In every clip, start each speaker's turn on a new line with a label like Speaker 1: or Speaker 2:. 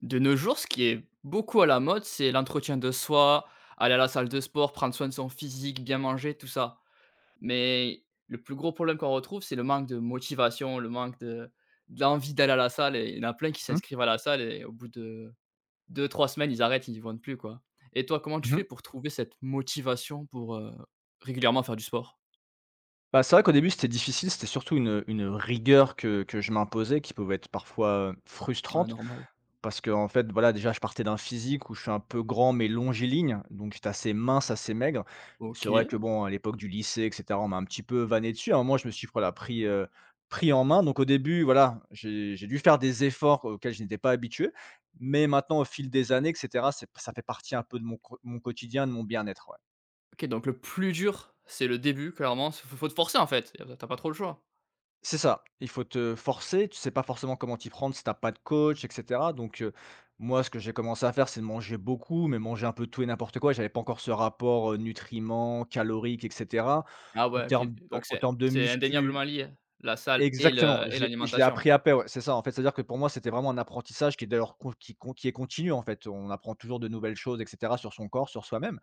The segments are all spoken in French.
Speaker 1: De nos jours, ce qui est beaucoup à la mode, c'est l'entretien de soi, aller à la salle de sport, prendre soin de son physique, bien manger, tout ça. Mais le plus gros problème qu'on retrouve, c'est le manque de motivation, le manque de l'envie d'aller à la salle et il y en a plein qui
Speaker 2: Mmh.
Speaker 1: s'inscrivent à la salle et au bout de deux, trois semaines, ils arrêtent, ils y vont plus, quoi. Et toi, comment tu fais
Speaker 2: Mmh.
Speaker 1: pour trouver cette motivation pour, régulièrement faire du sport?
Speaker 2: Bah, c'est vrai qu'au début, c'était difficile, c'était surtout une rigueur que je m'imposais qui pouvait être parfois,
Speaker 1: Ah
Speaker 2: frustrante
Speaker 1: normal.
Speaker 2: parce qu'en fait, voilà, déjà, je partais d'un physique où je suis un peu grand mais longiligne, donc j'étais assez mince, assez maigre. C'est vrai
Speaker 1: OK.
Speaker 2: que, bon, à l'époque du lycée et cetera, on m'a un petit peu vanné dessus. À un je me suis, voilà, pris en main, donc au début, voilà, j'ai dû faire des efforts auxquels je n'étais pas habitué, mais maintenant, au fil des années et cetera, c'est ça fait partie un peu de mon quotidien, de mon bien-être, ouais.
Speaker 1: OK, donc le plus dur, c'est le début clairement, faut te forcer en fait, t'as pas trop le choix.
Speaker 2: C'est ça, il faut te forcer, tu sais pas forcément comment t'y prendre si t'as pas de coach et cetera donc moi ce que j'ai commencé à faire, c'est de manger beaucoup, mais manger un peu tout et n'importe quoi. J'avais pas encore ce rapport, nutriments, caloriques et cetera.
Speaker 1: Ah
Speaker 2: En
Speaker 1: ouais, OK,
Speaker 2: termes en
Speaker 1: donc
Speaker 2: en
Speaker 1: c'est
Speaker 2: termes de
Speaker 1: c'est indéniablement
Speaker 2: muscu.
Speaker 1: lié, la salle et
Speaker 2: Exactement,
Speaker 1: le et
Speaker 2: je l'ai
Speaker 1: l'alimentation,
Speaker 2: appris
Speaker 1: ouais.
Speaker 2: après, ouais, c'est ça, en fait. C'est-à-dire que pour moi, c'était vraiment un apprentissage qui est d'ailleurs con qui est continu, en fait. On apprend toujours de nouvelles choses et cetera sur son corps, sur soi-même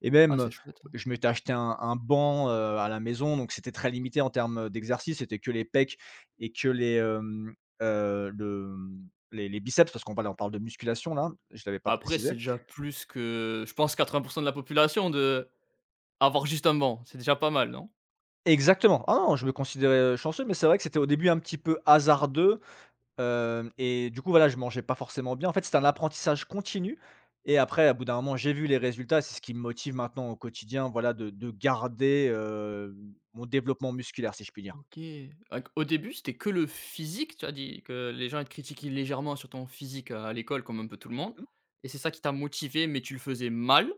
Speaker 2: et
Speaker 1: Ah,
Speaker 2: même,
Speaker 1: c'est chouette, hein.
Speaker 2: je m'étais acheté un banc, à la maison, donc c'était très limité en termes, d'exercice. C'était que les pecs et que les, hem, le, mmh, les biceps parce qu'on parle de musculation là, je l'avais pas
Speaker 1: Après,
Speaker 2: précisé.
Speaker 1: c'est déjà plus que, je pense, 80 de la population de avoir juste un banc, c'est déjà pas mal, non?
Speaker 2: Exactement. Ah non, je me considérais, chanceux, mais c'est vrai que c'était au début un petit peu hasardeux. Hem et du coup, voilà, je mangeais pas forcément bien. En fait, c'est un apprentissage continu et après, à bout d'un moment, j'ai vu les résultats. C'est ce qui me motive maintenant au quotidien, voilà, de garder, mon développement musculaire, si je puis dire.
Speaker 1: OK, donc au début, c'était que le physique, tu as dit que les gens ils te critiquaient légèrement sur ton physique, à l'école comme un peu tout le monde
Speaker 2: Mmh.
Speaker 1: et c'est ça qui t'a motivé mais tu le faisais mal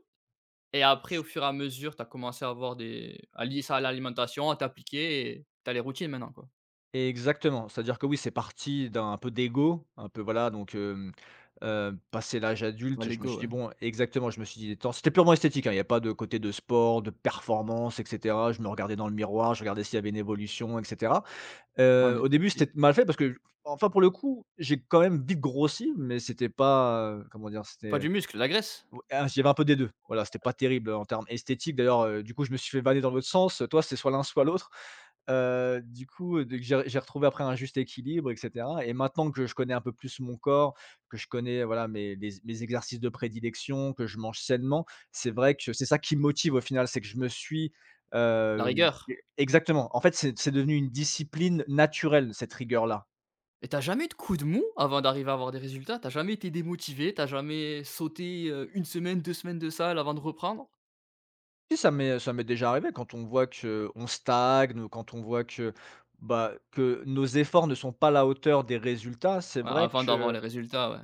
Speaker 1: et après au fur et à mesure, tu as commencé à avoir des à lier ça à l'alimentation, à t'appliquer et tu as les routines maintenant, quoi?
Speaker 2: Exactement. C'est-à-dire que oui, c'est parti d'un peu d'ego, un peu voilà, donc passé l'âge
Speaker 1: Ouais,
Speaker 2: adulte,
Speaker 1: les
Speaker 2: je me suis dit:
Speaker 1: ouais,
Speaker 2: «Bon», exactement, je me suis dit: «Tant», c'était purement esthétique, hein, il n'y a pas de côté de sport, de performance et cetera. Je me regardais dans le miroir, je regardais s'il y avait une évolution etc.
Speaker 1: en
Speaker 2: Au
Speaker 1: effet.
Speaker 2: début, c'était mal fait parce que, enfin, pour le coup, j'ai quand même vite grossi, mais c'était pas, comment dire?
Speaker 1: Pas
Speaker 2: C'était
Speaker 1: du muscle, la graisse?
Speaker 2: ou ah, j'y avais un peu des 2. Voilà, c'était pas terrible, en termes esthétiques. D'ailleurs, du coup, je me suis fait vanner dans l'autre sens: «Toi, c'est soit l'un, soit l'autre». Du coup, j'ai retrouvé après un juste équilibre et cetera, et maintenant que je connais un peu plus mon corps, que je connais, voilà, mes exercices de prédilection, que je mange sainement, c'est vrai que c'est ça qui me motive au final. C'est que je me suis,
Speaker 1: La
Speaker 2: hem, e
Speaker 1: rigueur.
Speaker 2: exactement. En fait, c'est devenu une discipline naturelle, cette rigueur-là.
Speaker 1: Et t'as jamais eu de coup de mou avant d'arriver à avoir des résultats? T'as jamais été démotivé? T'as jamais sauté, une semaine, 2 semaines de salle avant de reprendre?
Speaker 2: Si, ça m'est déjà arrivé quand on voit que on stagne, quand on voit que, bah, que nos efforts ne sont pas à la hauteur des résultats. C'est
Speaker 1: Ouais,
Speaker 2: vrai
Speaker 1: avant d'avoir
Speaker 2: que.
Speaker 1: les résultats, ouais.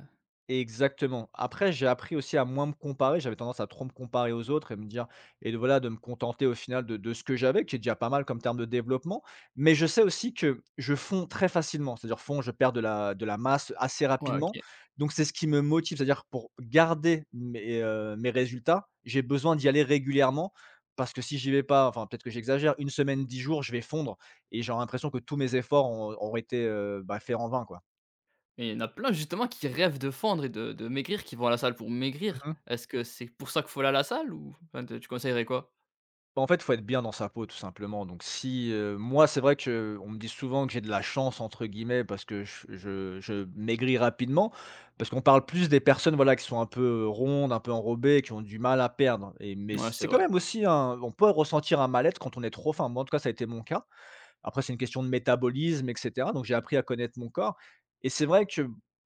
Speaker 2: Exactement. Après, j'ai appris aussi à moins me comparer. J'avais tendance à trop me comparer aux autres et me dire et de voilà, de me contenter au final de ce que j'avais, qui est déjà pas mal comme terme de développement. Mais je sais aussi que je fonds très facilement, c'est-à-dire fonds, je perds de la masse assez
Speaker 1: Ouais,
Speaker 2: rapidement.
Speaker 1: OK.
Speaker 2: Donc c'est ce qui me motive, c'est-à-dire pour garder mes, mes résultats, j'ai besoin d'y aller régulièrement parce que si j'y vais pas, enfin peut-être que j'exagère, une semaine, 10 jours, je vais fondre et j'aurai l'impression que tous mes efforts ont été, bah, faits en vain, quoi.
Speaker 1: Mais il y en a plein justement qui rêvent de fondre et de maigrir, qui vont à la salle pour maigrir. Est-ce que c'est pour ça qu'il faut aller à la salle ou enfin, tu conseillerais quoi?
Speaker 2: Bah, en fait, faut être bien dans sa peau tout simplement. Donc si, moi c'est vrai que on me dit souvent que j'ai de «la chance» entre guillemets parce que je maigris rapidement. Parce qu'on parle plus des personnes, voilà, qui sont un peu rondes, un peu enrobées, qui ont du mal à perdre et mais
Speaker 1: Ouais, c'est
Speaker 2: c'est quand
Speaker 1: vrai.
Speaker 2: même aussi un on peut ressentir un mal-être quand on est trop faim. Moi en tout cas, ça a été mon cas. Après, c'est une question de métabolisme, et cetera. Donc j'ai appris à connaître mon corps et c'est vrai que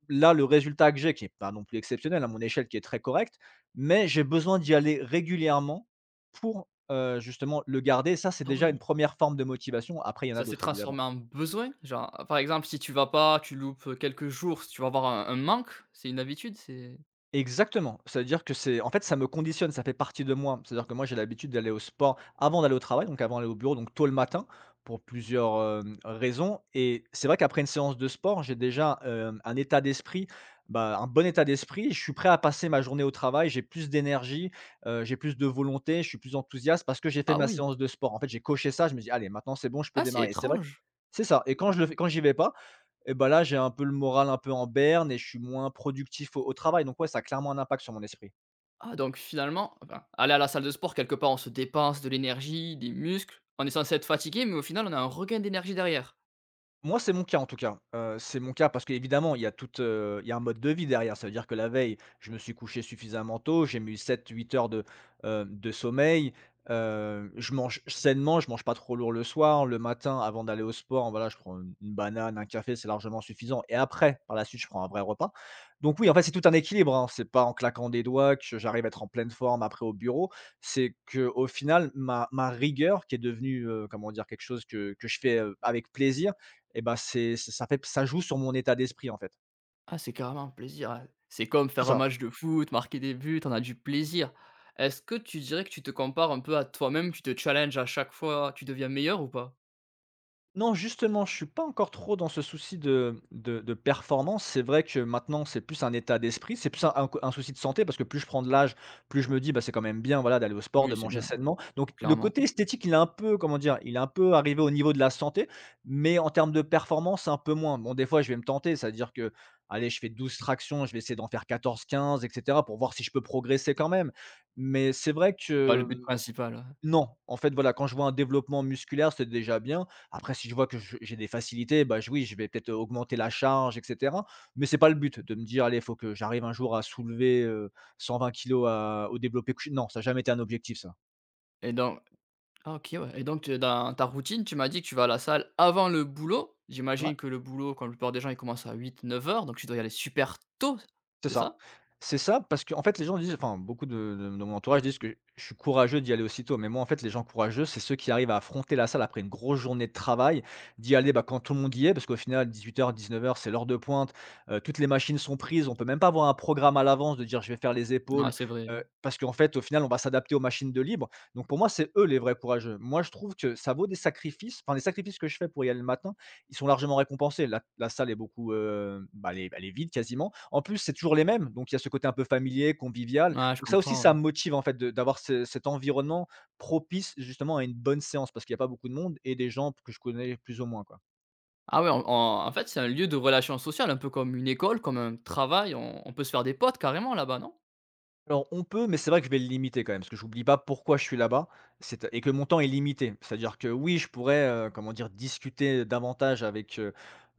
Speaker 2: là, le résultat que j'ai, qui n'est pas non plus exceptionnel à mon échelle, qui est très correct, mais j'ai besoin d'y aller régulièrement pour, justement le garder. Ça, c'est
Speaker 1: Ah
Speaker 2: déjà une
Speaker 1: oui,
Speaker 2: première forme de motivation. Après, il y en a
Speaker 1: ça s'est
Speaker 2: d'autres évidemment.
Speaker 1: transformé en besoin? Genre, par exemple, si tu vas pas, tu loupes, quelques jours, tu vas avoir un manque? C'est une habitude? C'est
Speaker 2: Exactement, c'est-à-dire que c'est en fait, ça me conditionne, ça fait partie de moi. C'est-à-dire que moi, j'ai l'habitude d'aller au sport avant d'aller au travail, donc avant d'aller au bureau, donc tôt le matin pour plusieurs raisons, et c'est vrai qu'après une séance de sport, j'ai déjà, un état d'esprit, bah, un bon état d'esprit. Je suis prêt à passer ma journée au travail, j'ai plus d'énergie, j'ai plus de volonté, je suis plus enthousiaste parce que j'ai fait
Speaker 1: Ah
Speaker 2: ma
Speaker 1: oui.
Speaker 2: séance de sport. En fait, j'ai coché ça, je me dis: «Allez, maintenant c'est bon, je peux
Speaker 1: Ah, c'est
Speaker 2: démarrer», et c'est vrai
Speaker 1: étrange.
Speaker 2: c'est ça. Et quand je le fais, quand j'y vais pas, et bah, là, j'ai un peu le moral un peu en berne et je suis moins productif au travail, donc ouais, ça a clairement un impact sur mon esprit.
Speaker 1: Ah donc finalement, enfin, aller à la salle de sport quelque part on se dépense de l'énergie, des muscles, on est censé être fatigué mais au final on a un regain d'énergie derrière.
Speaker 2: Moi, c'est mon cas en tout cas. C'est mon cas parce qu'évidemment, il y a toute, il y a un mode de vie derrière. Ça veut dire que la veille, je me suis couché suffisamment tôt, j'ai mis 7, 8 heures de sommeil. Je mange sainement, je mange pas trop lourd le soir. Le matin, avant d'aller au sport, voilà, je prends une banane, un café, c'est largement suffisant et après, par la suite, je prends un vrai repas. Donc oui, en fait, c'est tout un équilibre, hein. C'est pas en claquant des doigts que j'arrive à être en pleine forme après au bureau. C'est que, au final, ma rigueur qui est devenue, comment dire? Quelque chose que je fais, avec plaisir, et bah, c'est ç ça fait, ça joue sur mon état d'esprit, en fait.
Speaker 1: Ah c'est carrément un plaisir, ah, c'est comme
Speaker 2: C'est
Speaker 1: faire un
Speaker 2: ça.
Speaker 1: match de foot, marquer des buts, on a du plaisir. Est-ce que tu dirais que tu te compares un peu à toi-même, tu te challenges à chaque fois, tu deviens meilleur ou pas?
Speaker 2: Non, justement, je suis pas encore trop dans ce souci de de performance. C'est vrai que maintenant, c'est plus un état d'esprit, c'est plus un souci de santé parce que plus je prends de l'âge, plus je me dis: «Bah, c'est quand même bien, voilà, d'aller au sport, de
Speaker 1: Oui c'est
Speaker 2: manger
Speaker 1: bien,
Speaker 2: sainement». Donc le
Speaker 1: clairement,
Speaker 2: côté esthétique, il est un peu, comment dire? Il est un peu arrivé au niveau de la santé, mais en termes de performance, un peu moins. Bon, des fois, je vais me tenter, c'est-à-dire que, allez, je fais 12 tractions, je vais essayer d'en faire 14, 15 et cetera pour voir si je peux progresser quand même. Mais c'est vrai
Speaker 1: c'est pas le
Speaker 2: que.
Speaker 1: but principal, ouais.
Speaker 2: Non, en fait, voilà, quand je vois un développement musculaire, c'est déjà bien. Après, si je vois que je j'ai des facilités, bah, je oui, je vais peut-être augmenter la charge et cetera. Mais c'est pas le but de me dire: «Allez, il faut que j'arrive un jour à soulever, 120 kilos à au développé couché». Non, ça a jamais été un objectif ça.
Speaker 1: et donc OK, ouais, et donc tu dans ta routine, tu m'as dit que tu vas à la salle avant le boulot. J'imagine que le boulot, comme la plupart des gens, il commence à huit, neuf heures, donc tu dois y aller super tôt,
Speaker 2: C'est
Speaker 1: c'est
Speaker 2: ça.
Speaker 1: ça?
Speaker 2: C'est ça parce qu'en fait, les gens disent, enfin, beaucoup de de mon entourage disent que je suis courageux d'y aller aussitôt, mais moi, en fait, les gens courageux, c'est ceux qui arrivent à affronter la salle après une grosse journée de travail, d'y aller, bah, quand tout le monde y est, parce qu'au final dix-huit dix-neuf heures, c'est l'heure de pointe, toutes les machines sont prises, on peut même pas avoir un programme à l'avance de dire: «Je vais faire les
Speaker 1: Ouais,
Speaker 2: épaules»,
Speaker 1: c'est vrai.
Speaker 2: parce qu'en fait, au final, on va s'adapter aux machines de libre. Donc pour moi, c'est eux les vrais courageux. Moi, je trouve que ça vaut des sacrifices, enfin, les sacrifices que je fais pour y aller le matin, ils sont largement récompensés. La salle est beaucoup, bah, elle est vide quasiment. En plus, c'est toujours les mêmes, donc il y a ce côté un peu familier, convivial.
Speaker 1: Ouais, je
Speaker 2: Donc ça aussi,
Speaker 1: comprends,
Speaker 2: ça
Speaker 1: ouais.
Speaker 2: me motive en fait de d'avoir ce cet environnement propice justement à une bonne séance parce qu'il y a pas beaucoup de monde et des gens que je connais plus ou moins, quoi.
Speaker 1: Ah ouais, en fait, c'est un lieu de relations sociales un peu comme une école, comme un travail. On peut se faire des potes carrément là-bas, non?
Speaker 2: Alors on peut, mais c'est vrai que je vais le limiter quand même, parce que j'oublie pas pourquoi je suis là-bas, c'est et que mon temps est limité. C'est-à-dire que oui, je pourrais, comment dire, discuter davantage avec, heu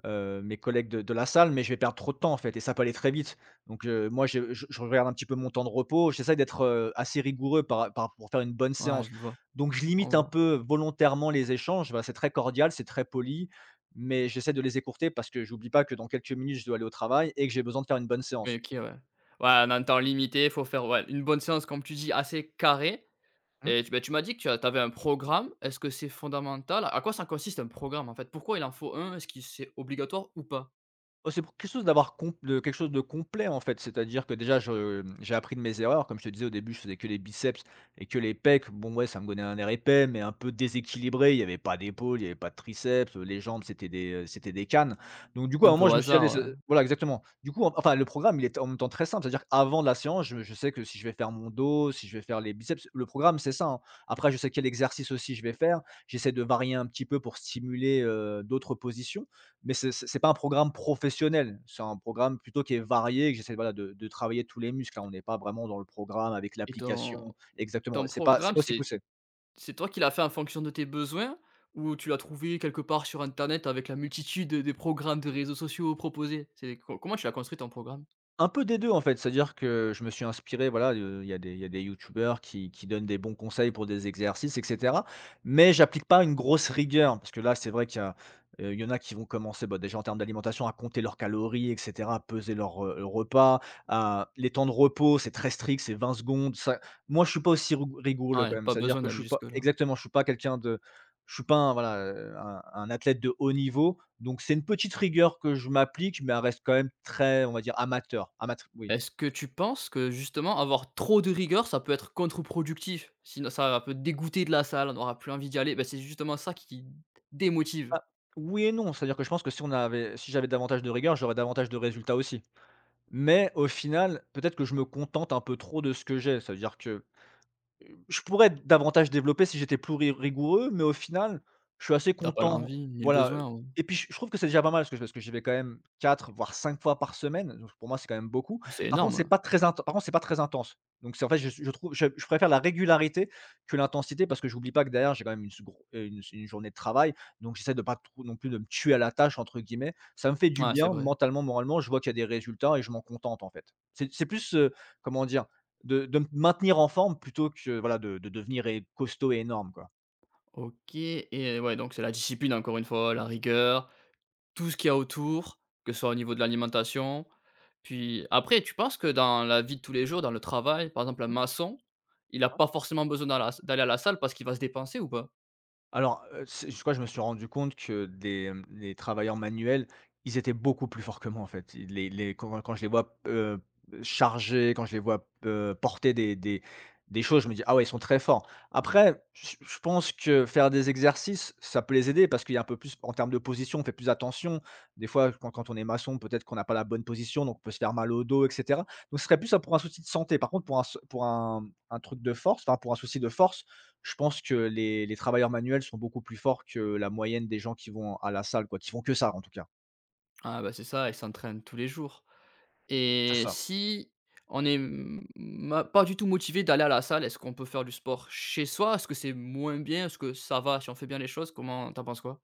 Speaker 2: heu, mes collègues de la salle, mais je vais perdre trop de temps en fait et ça peut aller très vite. Donc moi je regarde un petit peu mon temps de repos, j'essaie d'être, assez rigoureux par par pour faire une bonne
Speaker 1: Ouais,
Speaker 2: séance.
Speaker 1: je vois,
Speaker 2: Donc je limite
Speaker 1: on
Speaker 2: un
Speaker 1: voit.
Speaker 2: peu volontairement les échanges, voilà, c'est très cordial, c'est très poli, mais j'essaie de les écourter parce que j'oublie pas que dans quelques minutes, je dois aller au travail et que j'ai besoin de faire une bonne
Speaker 1: Oui,
Speaker 2: séance.
Speaker 1: OK, ouais. Ouais, on a un temps limité, il faut faire, ouais, une bonne séance, comme tu dis, assez carrée et tu bah, tu m'as dit que tu as tu avais un programme. Est-ce que c'est fondamental? À quoi ça consiste un programme, en fait? Pourquoi il en faut un? Est-ce que c'est obligatoire ou pas?
Speaker 2: Oh, c'est pour quelque chose d'avoir com de quelque chose de complet, en fait. C'est-à-dire que déjà je j'ai appris de mes erreurs. Comme je te disais au début, je faisais que les biceps et que les pecs. Bon, ouais, ça me donnait un air épais, mais un peu déséquilibré. Il y avait pas d'épaules, il y avait pas de triceps, les jambes, c'était des cannes. Donc du coup, à un
Speaker 1: Un peu
Speaker 2: moment,
Speaker 1: au
Speaker 2: je me suis allé
Speaker 1: hasard, ouais.
Speaker 2: voilà, exactement. Du coup, le programme, il est en même temps très simple. C'est-à-dire qu'avant la séance, je sais que si je vais faire mon dos, si je vais faire les biceps, le programme, c'est ça, hein. Après, je sais quel exercice aussi je vais faire. J'essaie de varier un petit peu pour stimuler, d'autres positions, mais c'est pas un programme professionnel. C'est un programme plutôt qui est varié et que j'essaie, voilà, de travailler tous les muscles, hein. On n'est pas vraiment dans le programme avec
Speaker 1: Et ton
Speaker 2: l'application exactement,
Speaker 1: ton
Speaker 2: c'est pas c'est
Speaker 1: programme,
Speaker 2: pas aussi
Speaker 1: c'est
Speaker 2: poussé.
Speaker 1: C'est toi qui l'as fait en fonction de tes besoins ou tu l'as trouvé quelque part sur internet avec la multitude des programmes de réseaux sociaux proposés? C'est co Comment tu l'as construit ton programme?
Speaker 2: Un peu des 2 en fait, c'est-à-dire que je me suis inspiré, voilà, il y a des youtubeurs qui donnent des bons conseils pour des exercices et cetera, mais j'applique pas une grosse rigueur parce que là, c'est vrai qu'il y a, il y en a qui vont commencer, bah, déjà en termes d'alimentation à compter leurs calories et cetera, à peser leur, repas, à les temps de repos, c'est très strict, c'est 20 secondes, ça moi je suis pas aussi rigoureux quand
Speaker 1: Ouais,
Speaker 2: même,
Speaker 1: pas
Speaker 2: c'est-à-dire
Speaker 1: besoin
Speaker 2: que je
Speaker 1: d'aller
Speaker 2: suis pas
Speaker 1: jusque-là.
Speaker 2: exactement, je suis pas quelqu'un de je suis pas un voilà, un athlète de haut niveau. Donc c'est une petite rigueur que je m'applique, mais elle reste quand même très, on va dire, amateur, amateur. Oui.
Speaker 1: Est-ce que tu penses que justement avoir trop de rigueur, ça peut être contre-productif? Sinon ça peut dégoûter de la salle, on n'aura plus envie d'y aller. Ben c'est justement ça qui démotive.
Speaker 2: Bah, oui et non, c'est-à-dire que je pense que si on avait si j'avais davantage de rigueur, j'aurais davantage de résultats aussi. Mais au final, peut-être que je me contente un peu trop de ce que j'ai. Ça veut dire que je pourrais davantage développer si j'étais plus ri rigoureux, mais au final, je suis assez
Speaker 1: T'as pas
Speaker 2: content.
Speaker 1: l'envie ni le
Speaker 2: Voilà,
Speaker 1: besoin, ouais.
Speaker 2: et puis, je trouve que c'est déjà pas mal parce que j'y vais quand même 4, voire 5 fois par semaine, donc pour moi, c'est quand même beaucoup.
Speaker 1: C'est énorme, hein.
Speaker 2: Par contre, c'est pas très intense, donc c'est en fait, je trouve je préfère la régularité que l'intensité parce que j'oublie pas que derrière, j'ai quand même une s gro une journée de travail, donc j'essaie de pas trop non plus de me «tuer à la tâche» entre guillemets. Ça me fait du
Speaker 1: Ouais, c'est
Speaker 2: bien
Speaker 1: vrai.
Speaker 2: mentalement, moralement, je vois qu'il y a des résultats et je m'en contente, en fait. C'est plus, comment dire? De me maintenir en forme plutôt que voilà de devenir é costaud et énorme, quoi.
Speaker 1: OK et ouais, donc c'est la discipline encore une fois, la rigueur, tout ce qu'il y a autour, que ce soit au niveau de l'alimentation. Puis après, tu penses que dans la vie de tous les jours, dans le travail, par exemple, un
Speaker 2: Mmh.
Speaker 1: maçon, il a pas forcément besoin dans la d'aller à la salle parce qu'il va se dépenser ou pas?
Speaker 2: Alors, c'est je crois que je me suis rendu compte les travailleurs manuels, ils étaient beaucoup plus forts que moi, en fait. Ils les quand quand je les vois, charger, quand je les vois, porter des choses, je me dis: «Ah ouais, ils sont très forts». Après, je pense que faire des exercices, ça peut les aider parce qu'il y a un peu plus en termes de position, on fait plus attention. Des fois, quand on est maçon, peut-être qu'on n'a pas la bonne position, donc on peut se faire mal au dos et cetera. Donc ce serait plus, pour un souci de santé. Par contre, pour un truc de force, enfin, pour un souci de force, je pense que les travailleurs manuels sont beaucoup plus forts que la moyenne des gens qui vont à la salle quoi, qui font que ça en tout cas.
Speaker 1: Ah bah, c'est ça, il s'entraîne tous les jours
Speaker 2: C'est
Speaker 1: et
Speaker 2: ça.
Speaker 1: si on est pas du tout motivé d'aller à la salle, est-ce qu'on peut faire du sport chez soi? Est-ce que c'est moins bien? Est-ce que ça va si on fait bien les choses? Comment t'en penses quoi?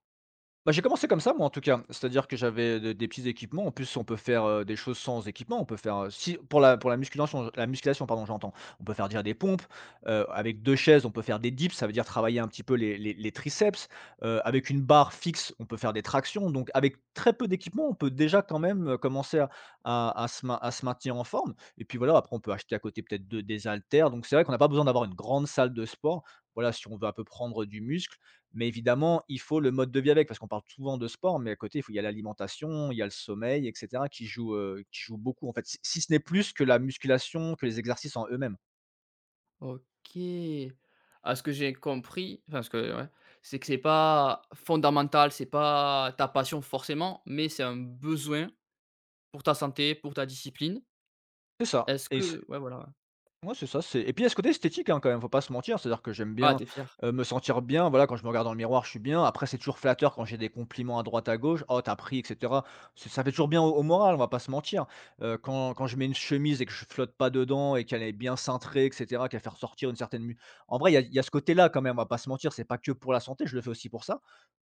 Speaker 2: Bah, j'ai commencé comme ça moi en tout cas, c'est-à-dire que j'avais de des petits équipements. En plus, on peut faire, des choses sans équipement. On peut faire, si pour la pour la musculation pardon, j'entends. On peut faire déjà des pompes, avec 2 chaises, on peut faire des dips, ça veut dire travailler un petit peu les triceps. Avec une barre fixe, on peut faire des tractions. Donc avec très peu d'équipement, on peut déjà quand même, commencer à se maintenir en forme et puis voilà, après on peut acheter à côté peut-être de des haltères. Donc c'est vrai qu'on n'a pas besoin d'avoir une grande salle de sport. Voilà, si on veut un peu prendre du muscle. Mais évidemment, il faut le mode de vie avec, parce qu'on parle souvent de sport, mais à côté, il y a l'alimentation, il y a le sommeil et cetera qui joue beaucoup en fait, si ce n'est plus que la musculation, que les exercices en eux-mêmes.
Speaker 1: OK. À ce que j'ai compris, enfin ce que ouais, c'est que c'est pas fondamental, c'est pas ta passion forcément, mais c'est un besoin pour ta santé, pour ta discipline.
Speaker 2: C'est ça
Speaker 1: Est-ce
Speaker 2: et
Speaker 1: que ouais, voilà, ouais.
Speaker 2: ouais, c'est ça, c'est et puis il y a ce côté esthétique, hein, quand même, faut pas se mentir. C'est-à-dire que j'aime
Speaker 1: Ah,
Speaker 2: bien,
Speaker 1: t'es fier.
Speaker 2: me sentir bien, voilà, quand je me regarde dans le miroir, je suis bien. Après, c'est toujours flatteur quand j'ai des compliments à droite, à gauche: «Oh, t'as pris» et cetera. C'est ça fait toujours bien au moral, on va pas se mentir. Quand je mets une chemise et que je flotte pas dedans et qu'elle est bien cintrée et cetera, qu'elle fait ressortir une certaine mu en vrai, il y a ce côté-là quand même, on va pas se mentir, c'est pas que pour la santé, je le fais aussi pour ça.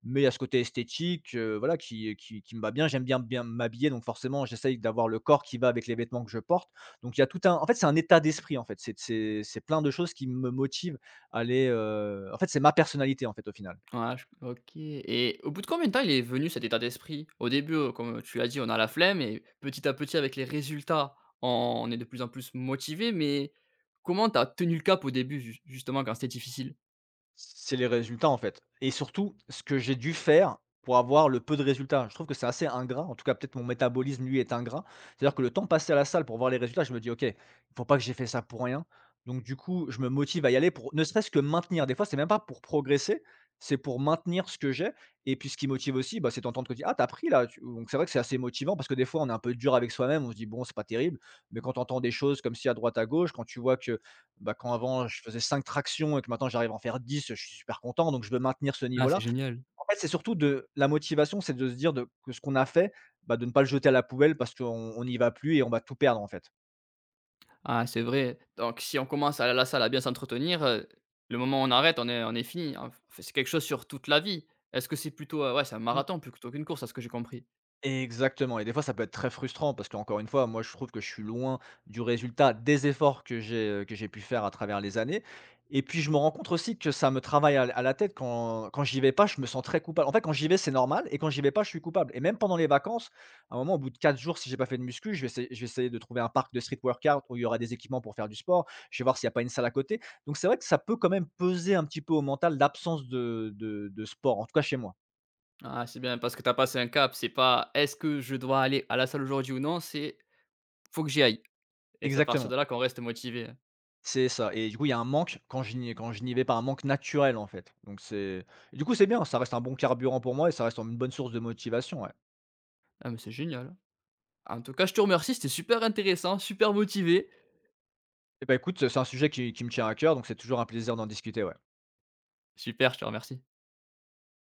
Speaker 2: Mais il y a ce côté esthétique, voilà, qui me va bien. J'aime bien m'habiller, donc forcément, j'essaye d'avoir le corps qui va avec les vêtements que je porte. Donc il y a tout un en fait, c'est un état d'esprit, en fait. C'est plein de choses qui me motivent à aller, en fait, c'est ma personnalité, en fait, au final.
Speaker 1: Ouais, je OK et au bout de combien de temps il est venu cet état d'esprit? Au début, comme tu l'as dit, on a la flemme et petit à petit avec les résultats, on est de plus en plus motivé. Mais comment t'as tenu le cap au début ju justement quand c'était difficile?
Speaker 2: C'est les résultats, en fait et surtout, ce que j'ai dû faire pour avoir le peu de résultats. Je trouve que c'est assez ingrat, en tout cas, peut-être mon métabolisme, lui, est ingrat. C'est-à-dire que le temps passé à la salle pour voir les résultats, je me dis: «OK, il ne faut pas que j'ai fait ça pour rien». Donc du coup, je me motive à y aller pour ne serait-ce que maintenir. Des fois, c'est même pas pour progresser, c'est pour maintenir ce que j'ai et puis ce qui motive aussi, bah, c'est d'entendre que tu dis: «Ah, t'as pris là?» tu donc c'est vrai que c'est assez motivant parce que des fois, on est un peu dur avec soi-même, on se dit: «Bon, c'est pas terrible», mais quand tu entends des choses comme si à droite, à gauche, quand tu vois que bah, quand avant je faisais 5 tractions et que maintenant j'arrive à en faire 10, je suis super content, donc je veux maintenir ce
Speaker 1: Ah, c'est
Speaker 2: niveau-là.
Speaker 1: génial.
Speaker 2: En fait, c'est surtout de la motivation, c'est de se dire de que ce qu'on a fait, bah, de ne pas le jeter à la poubelle parce qu'on on n'y va plus et on va tout perdre, en fait.
Speaker 1: Ah, c'est vrai. Donc si on commence à aller à la salle à bien s'entretenir, le moment où on arrête, on est fini. En c'est quelque chose sur toute la vie. Est-ce que c'est plutôt, ouais, c'est un marathon plutôt qu'une course à ce que j'ai compris?
Speaker 2: Exactement et des fois ça peut être très frustrant parce qu'encore une fois, moi je trouve que je suis loin du résultat des efforts que j'ai pu faire à travers les années et puis je me rends compte aussi que ça me travaille à la tête quand j'y vais pas, je me sens très coupable. En fait, quand j'y vais, c'est normal et quand j'y vais pas, je suis coupable et même pendant les vacances, à un moment, au bout de 4 jours, si j'ai pas fait de muscu, je vais essayer de trouver un parc de street workout où il y aura des équipements pour faire du sport. Je vais voir s'il y a pas une salle à côté. Donc c'est vrai que ça peut quand même peser un petit peu au mental l'absence de sport, en tout cas chez moi.
Speaker 1: Ah, c'est bien parce que t'as passé un cap, c'est pas: «Est-ce que je dois aller à la salle aujourd'hui ou non?», c'est: «Faut que j'y aille», et c'est à partir
Speaker 2: Exactement.
Speaker 1: de là qu'on reste motivé.
Speaker 2: C'est ça et du coup, il y a un manque quand je n'y vais pas, un manque naturel, en fait. Donc c'est et du coup, c'est bien, ça reste un bon carburant pour moi et ça reste une bonne source de motivation, ouais.
Speaker 1: Ah mais c'est génial. En tout cas, je te remercie, c'était super intéressant, super motivé.
Speaker 2: Et bah, écoute, c'est un sujet qui me tient à cœur, donc c'est toujours un plaisir d'en discuter, ouais.
Speaker 1: Super, je te remercie.